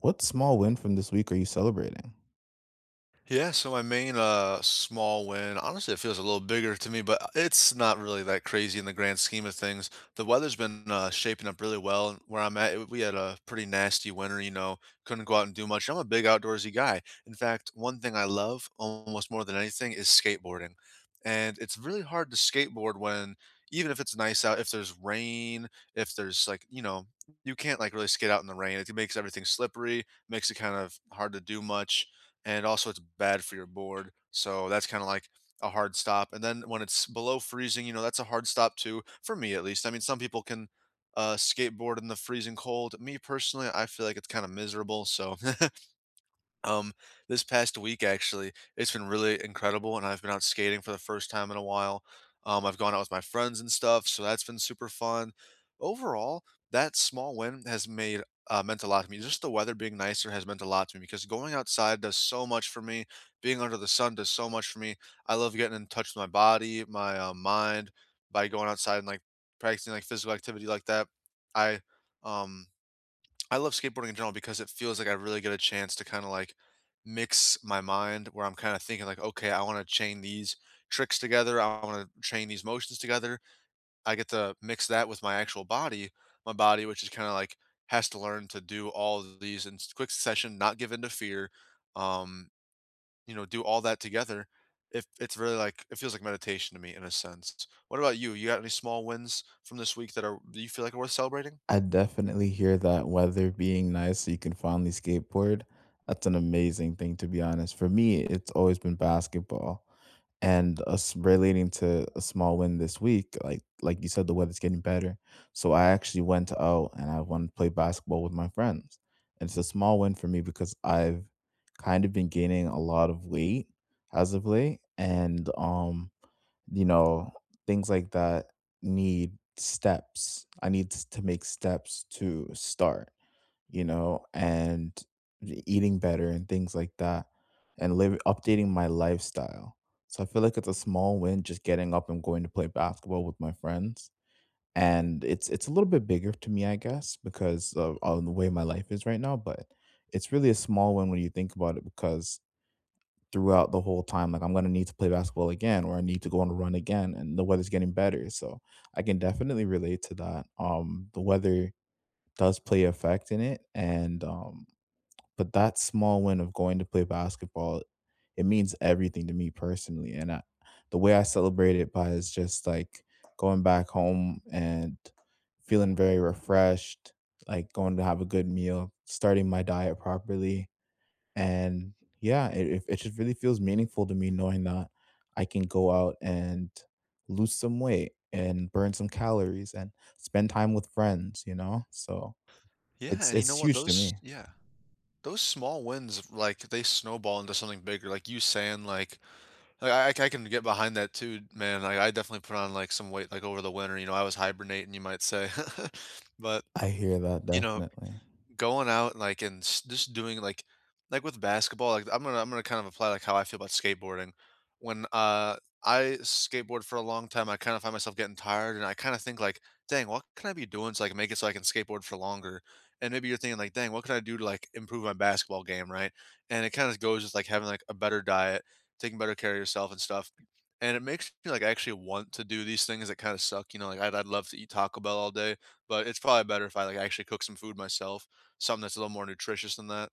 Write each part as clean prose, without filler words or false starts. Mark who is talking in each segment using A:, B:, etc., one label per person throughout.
A: What small win from this week are you celebrating?
B: Yeah, so my main small win, honestly, it feels a little bigger to me, but it's not really that crazy in the grand scheme of things. The weather's been shaping up really well and where I'm at. We had a pretty nasty winter, you know, couldn't go out and do much. I'm a big outdoorsy guy. In fact, one thing I love almost more than anything is skateboarding. And it's really hard to skateboard when even if it's nice out, if there's rain, if there's like, you know, you can't like really skate out in the rain. It makes everything slippery, makes it kind of hard to do much and also it's bad for your board. So that's kind of like a hard stop. And then when it's below freezing, you know, that's a hard stop too, for me at least. I mean, some people can skateboard in the freezing cold. Me personally, I feel like it's kind of miserable. So um, this past week, actually, it's been really incredible, and I've been out skating for the first time in a while. I've gone out with my friends and stuff, so that's been super fun. Overall, that small win has made meant a lot to me. Just the weather being nicer has meant a lot to me because going outside does so much for me. Being under the sun does so much for me. I love getting in touch with my body, my mind by going outside and like practicing like physical activity like that. I um I love skateboarding in general because it feels like I really get a chance to kind of like mix my mind where I'm kind of thinking like, okay, I want to chain these tricks together. I want to chain these motions together. I get to mix that with my actual body, which is kind of like has to learn to do all of these in quick succession, not give in to fear. Um, you know, do all that together. If it's really like it feels like meditation to me in a sense. What about you? You got any small wins from this week that you feel like are worth celebrating?
A: I definitely hear that weather being nice so you can finally skateboard. That's an amazing thing, to be honest. For me, it's always been basketball. And us relating to a small win this week, like you said, the weather's getting better. So I actually went out and I wanted to play basketball with my friends. And it's a small win for me because I've kind of been gaining a lot of weight as of late. And you know things like that need steps I need s- to make steps to start, and eating better and things like that, and live updating my lifestyle. So I feel like it's a small win just getting up and going to play basketball with my friends. And it's a little bit bigger to me, I guess, because of the way my life is right now. But it's really a small one when you think about it because throughout the whole time. Like, I'm gonna need to play basketball again, or I need to go on a run again, and the weather's getting better. So I can definitely relate to that. The weather does play a effect in it, and but that small win of going to play basketball, it means everything to me personally. And I, the way I celebrate it by is just like going back home and feeling very refreshed, like going to have a good meal, starting my diet properly, and yeah, it just really feels meaningful to me knowing that I can go out and lose some weight and burn some calories and spend time with friends, you know? So,
B: Yeah,
A: it's
B: and you know
A: it's
B: what?
A: huge to
B: Those
A: me.
B: yeah. Those small wins, like, they snowball into something bigger, like you saying, like, I can get behind that too, man, like, I definitely put on, like, some weight, like, over the winter, you know, I was hibernating, you might say. But,
A: I hear that
B: you know,
A: definitely.
B: going out, and like, and s just doing, like, with basketball, like, I'm gonna kind of apply, like, how I feel about skateboarding. When, I skateboard for a long time, I kinda find myself getting tired, and I kinda think, like, "Dang, what can I be doing to like make it so I can skateboard for longer?" And maybe you're thinking, like, "Dang, what can I do to, like, improve my basketball game," right? And it kinda goes with, like, having, like, a better diet, taking better care of yourself and stuff, and it makes me, like, actually want to do these things that kinda suck, you know, like, I'd love to eat Taco Bell all day, but it's probably better if I, like, actually cook some food myself something that's a little more nutritious than that.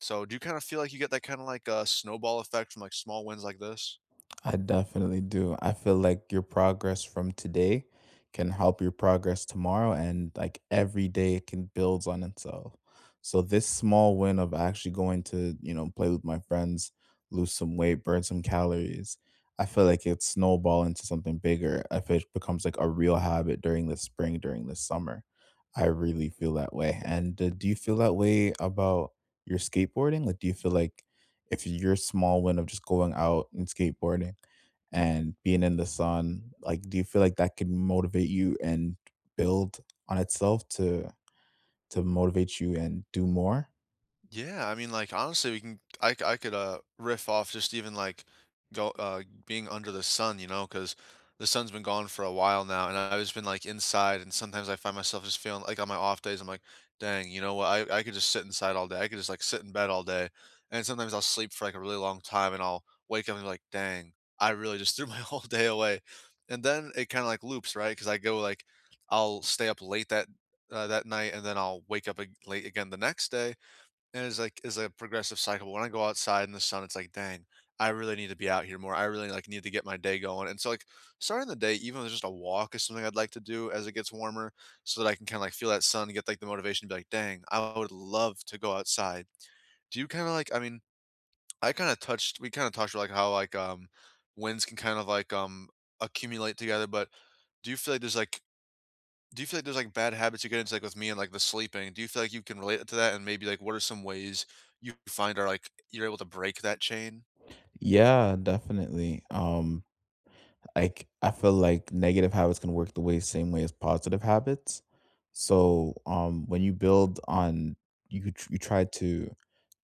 B: So do you kind of feel like you get that kind of like a snowball effect from like small wins like this?
A: I definitely do. I feel like your progress from today can help your progress tomorrow, and like every day it can builds on itself. So this small win of actually going to, you know, play with my friends, lose some weight, burn some calories, I feel like it snowball into something bigger if it becomes like a real habit during the spring, during the summer. I really feel that way. And do you feel that way about your skateboarding? Like, do you feel like if your small win of just going out and skateboarding and being in the sun, like, do you feel like that can motivate you and build on itself to motivate you and do more?
B: Yeah, I mean, like honestly, we can I could riff off just even like go being under the sun, you know, because the sun's been gone for a while now and I've just been like inside and sometimes I find myself just feeling like on my off days I'm like, dang, you know what? I could just sit inside all day. I could just like sit in bed all day. And sometimes I'll sleep for like a really long time and I'll wake up and be like, dang, I really just threw my whole day away. And then it kind of like loops, right because I go like I'll stay up late that night and then I'll wake up late again the next day and it's like it's a progressive cycle. When I go outside in the sun, it's like, dang, I really need to be out here more. I really like need to get my day going. And so like starting the day, even if it's just a walk is something I'd like to do as it gets warmer, so that I can kind of like feel that sun and get like the motivation to be like, dang, I would love to go outside. Do you kind of like I mean, I kind of touched we kind of talked about like how like winds can kind of like accumulate together, but do you feel like there's like do you feel like there's, like, bad habits you get into, like, with me and, like, the sleeping? Do you feel like you can relate to that? And maybe, like, what are some ways you find are, like, you're able to break that chain?
A: Yeah, definitely. Like, I feel like negative habits can work the way same way as positive habits. So when you build on, you try to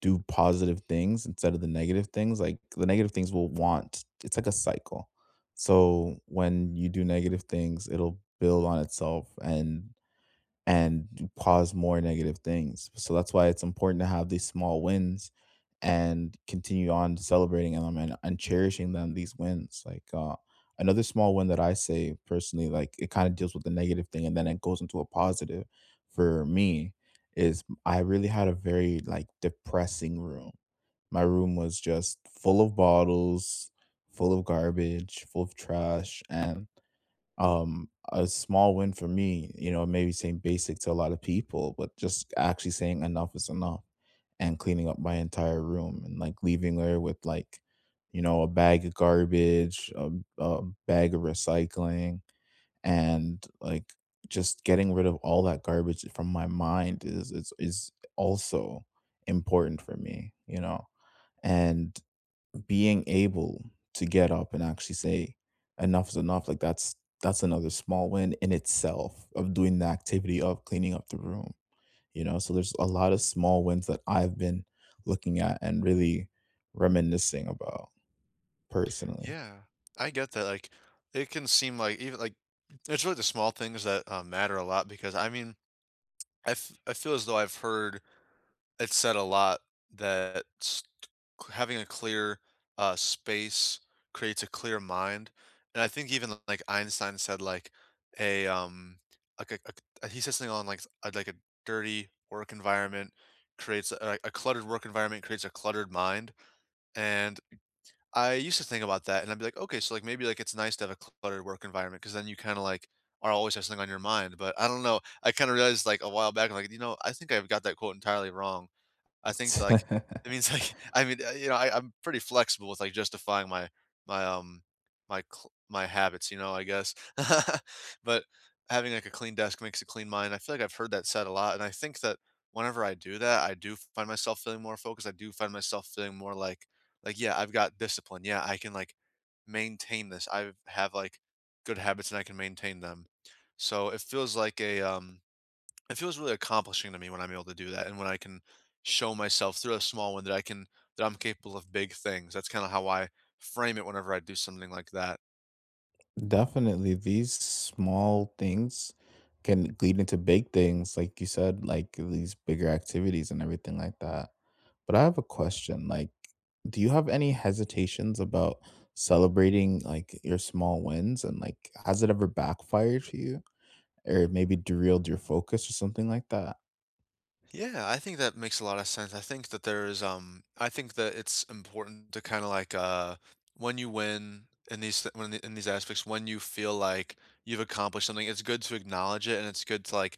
A: do positive things instead of the negative things, like the negative things will want, it's like a cycle. So when you do negative things, it'll build on itself and cause more negative things. So that's why it's important to have these small wins and continue on celebrating them, and cherishing them, these wins. Like, another small win that I say personally, like, it kind of deals with the negative thing and then it goes into a positive for me, is I really had a very like depressing room. My room was just full of bottles, full of garbage, full of trash. And a small win for me, you know, maybe saying basic to a lot of people, but just actually saying enough is enough and cleaning up my entire room, and like leaving her with like, you know, a bag of garbage, a bag of recycling, and like just getting rid of all that garbage from my mind is also important for me, you know. And being able to get up and actually say enough is enough, like, that's another small win in itself of doing the activity of cleaning up the room, you know. So there's a lot of small wins that I've been looking at and really reminiscing about personally.
B: Yeah. I get that, like, it can seem like even, like it's really the small things that, matter a lot because, I mean, I feel as though I've heard it said a lot that s c having a clear, space creates a clear mind, and I think even, like, Einstein said, a, um, like a he said something on, like, a dirty work environment creates a like, a cluttered work environment creates a cluttered mind, and I used to think about that, and I'd be like, "Okay, so, like, maybe, like, it's nice to have a cluttered work environment because then you kinda, like, are always have something on your mind," but I don't know, I kinda realized, like, a while back, I'm like, you know, I think I've got that quote entirely wrong. I think, like, it means, like I mean, you know, I'm pretty flexible with, like, justifying my my, my cl my habits, you know, I guess. But having, like, a clean desk makes a clean mind. I feel like I've heard that said a lot, and I think that whenever I do that, I do find myself feeling more focused. I do find myself feeling more like, "Yeah, I've got discipline. Yeah, I can, like, maintain this. I have, like, good habits, and I can maintain them." So it feels like it feels really accomplishing to me when I'm able to do that and when I can show myself through a small one that I can that I'm capable of big things. That's kind of how I frame it whenever I do something like that.
A: Definitely, these small things can lead into big things, like you said, like these bigger activities and everything like that. But I have a question, like, do you have any hesitations about celebrating like your small wins, and like, has it ever backfired for you or maybe derailed your focus or something like that?
B: Yeah, I think that makes a lot of sense. I think that there is I think that it's important to kind of like when you win when in these aspects when you feel like you've accomplished something, it's good to acknowledge it and it's good to like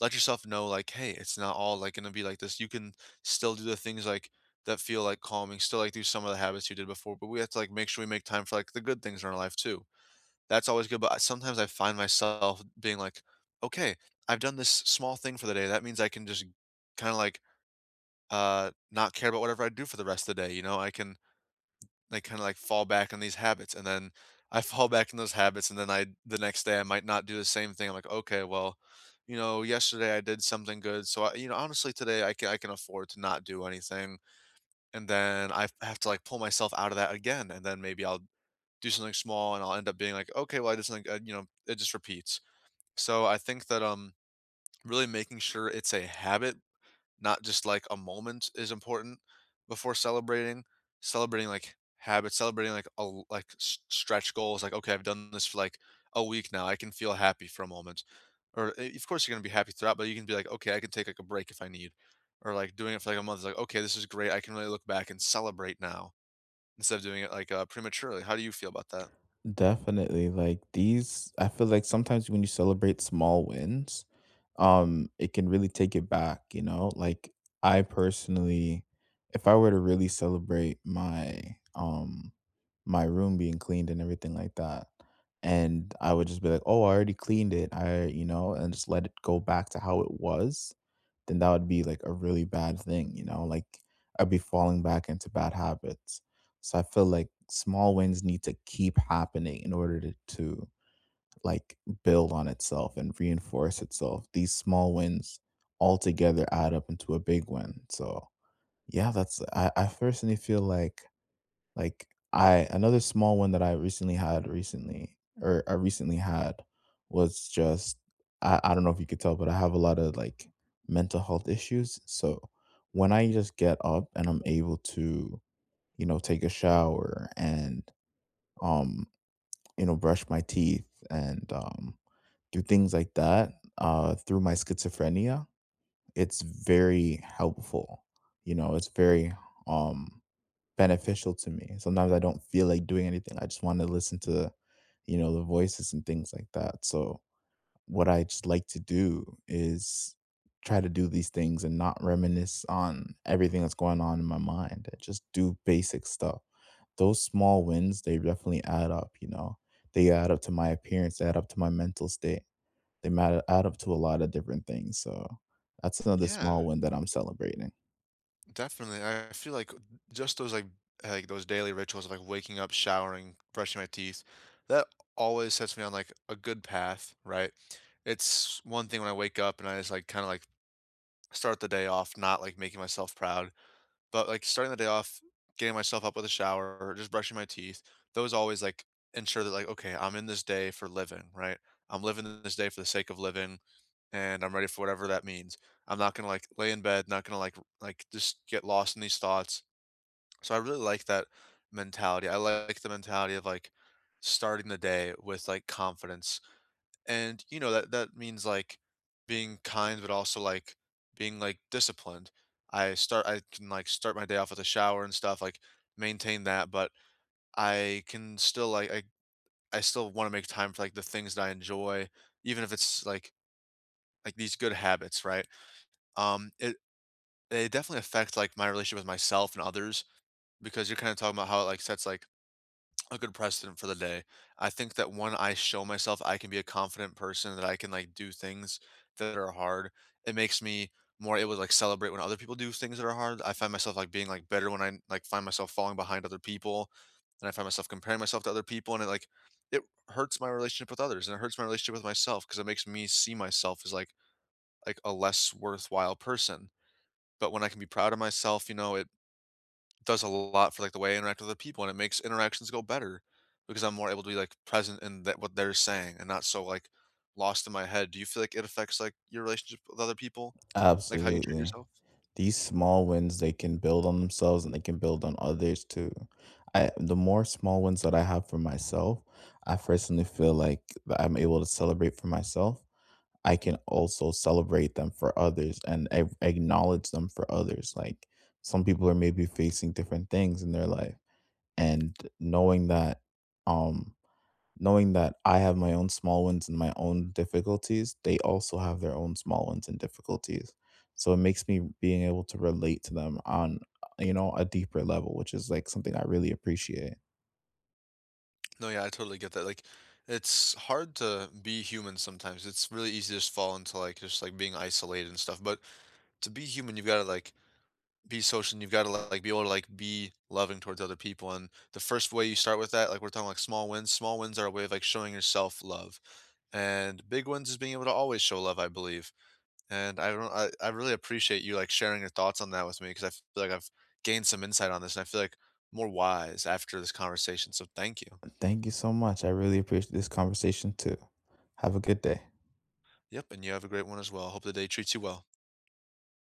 B: let yourself know like, "Hey, it's not all, like, gonna be like this." You can still do the things, like, that feel, like, calming, still, like, do some of the habits you did before, but we have to, like, make sure we make time for, like, the good things in our life too. That's always good, but I sometimes I find myself being like, "Okay, I've done this small thing for the day. That means I can just kinda, like, not care about whatever I do for the rest of the day," you know? I kinda like fall back on these habits, and then I fall back in those habits, and then I the next day I might not do the same thing. I'm like, okay, well, you know, yesterday I did something good, so I, you know, honestly today I can afford to not do anything, and then I have to like pull myself out of that again, and then maybe I'll do something small, and I'll end up being like, okay, well I just like you know, it just repeats. So I think that really making sure it's a habit not just like a moment is important before celebrating. Celebrating like habits, celebrating like a l- like s- stretch goals. Like, okay, I've done this for like a week now. I can feel happy for a moment. Or eh, of course you're gonna be happy throughout, but you can be like, okay, I can take like a break if I need. Or like doing it for like a month. Like, okay, this is great. I can really look back and celebrate now instead of doing it prematurely. How do you feel about that?
A: Definitely. Like, these, I feel like sometimes when you celebrate small wins, it can really take it back, you know? Like, I personally, if I were to really celebrate my um my room being cleaned and everything like that, and I would just be like, "Oh, I already cleaned it, I, you know," and just let it go back to how it was, then that would be like a really bad thing, you know. Like, I'd be falling back into bad habits. So I feel like small wins need to keep happening in order to, like, build on itself and reinforce itself. These small wins all together add up into a big win. So yeah, that's, I personally feel like, I another small one that I recently had was just, I don't know if you could tell, but I have a lot of like mental health issues. So when I just get up and I'm able to, you know, take a shower, and um, you know, brush my teeth, and do things like that, through my schizophrenia, it's very helpful. You know, it's very um, beneficial to me. Sometimes I don't feel like doing anything. I just want to listen to, you know, the voices and things like that. So what I just like to do is try to do these things and not reminisce on everything that's going on in my mind. I just do basic stuff. Those small wins, they definitely add up, you know. They add up to my appearance, they add up to my mental state. They matter add up to a lot of different things. So that's another
B: Yeah.
A: small win that I'm celebrating.
B: Definitely. I feel like just those like those daily rituals of like waking up, showering, brushing my teeth, that always sets me on like a good path, right? It's one thing when I wake up and I just like kind of start the day off not like making myself proud, but like starting the day off, getting myself up with a shower or just brushing my teeth, those always like ensure that like okay, I'm in this day for living, right? I'm living this day for the sake of living and I'm ready for whatever that means. I'm not gonna like lay in bed, not gonna like just get lost in these thoughts. So I really like that mentality. I like the mentality of like starting the day with like confidence. And you know that means like being kind but also like being like disciplined. I can like start my day off with a shower and stuff, like maintain that, but I can still like I still want to make time for like the things that I enjoy, even if it's like these good habits, right? um it, They definitely affect, like, my relationship with myself and others because you're kinda talking about how it, like, sets, like, a good precedent for the day. I think that when I show myself I can be a confident person, that I can, like, do things that are hard, it makes me more able to, like, celebrate when other people do things that are hard. I find myself, like, being, like, better when I, like, find myself falling behind other people, and I find myself comparing myself to other people, and it hurts my relationship with others, and it hurts my relationship with myself because it makes me see myself as, like a less worthwhile person. But when I can be proud of myself, you know, it does a lot for, like, the way I interact with other people, and it makes interactions go better because I'm more able to be, like, present in that what they're saying and not so, like, lost in my head. Do you feel like it affects, like, your relationship with other people? Like, how you treat
A: Absolutely.
B: yourself?
A: These small wins, they can build on themselves and they can build on others too. I The more small wins that I have for myself, I personally feel like that I'm able to celebrate for myself, I can also celebrate them for others and acknowledge them for others. Like, some people are maybe facing different things in their life, and knowing that, um knowing that I have my own small wins and my own difficulties, they also have their own small wins and difficulties. So it makes me being able to relate to them on, you know, a deeper level, which is like something I really appreciate.
B: No, yeah, I totally get that, like, it's hard to be human sometimes. It's really easy to just fall into, like, just, like, being isolated and stuff, but to be human, you've gotta, like, be social and you've got to like be able to like be loving towards other people. And the first way you start with that, like we're talking, like small wins, small wins are a way of like showing yourself love, and big wins is being able to always show love, I believe. And I don't I really appreciate you like sharing your thoughts on that with me because I feel like I've gained some insight on this and I feel like more wise after this conversation, so thank you.
A: Thank you so much. I really appreciate this conversation too. Have a good day.
B: Yep, and you have a great one as well. Hope the day treats you well.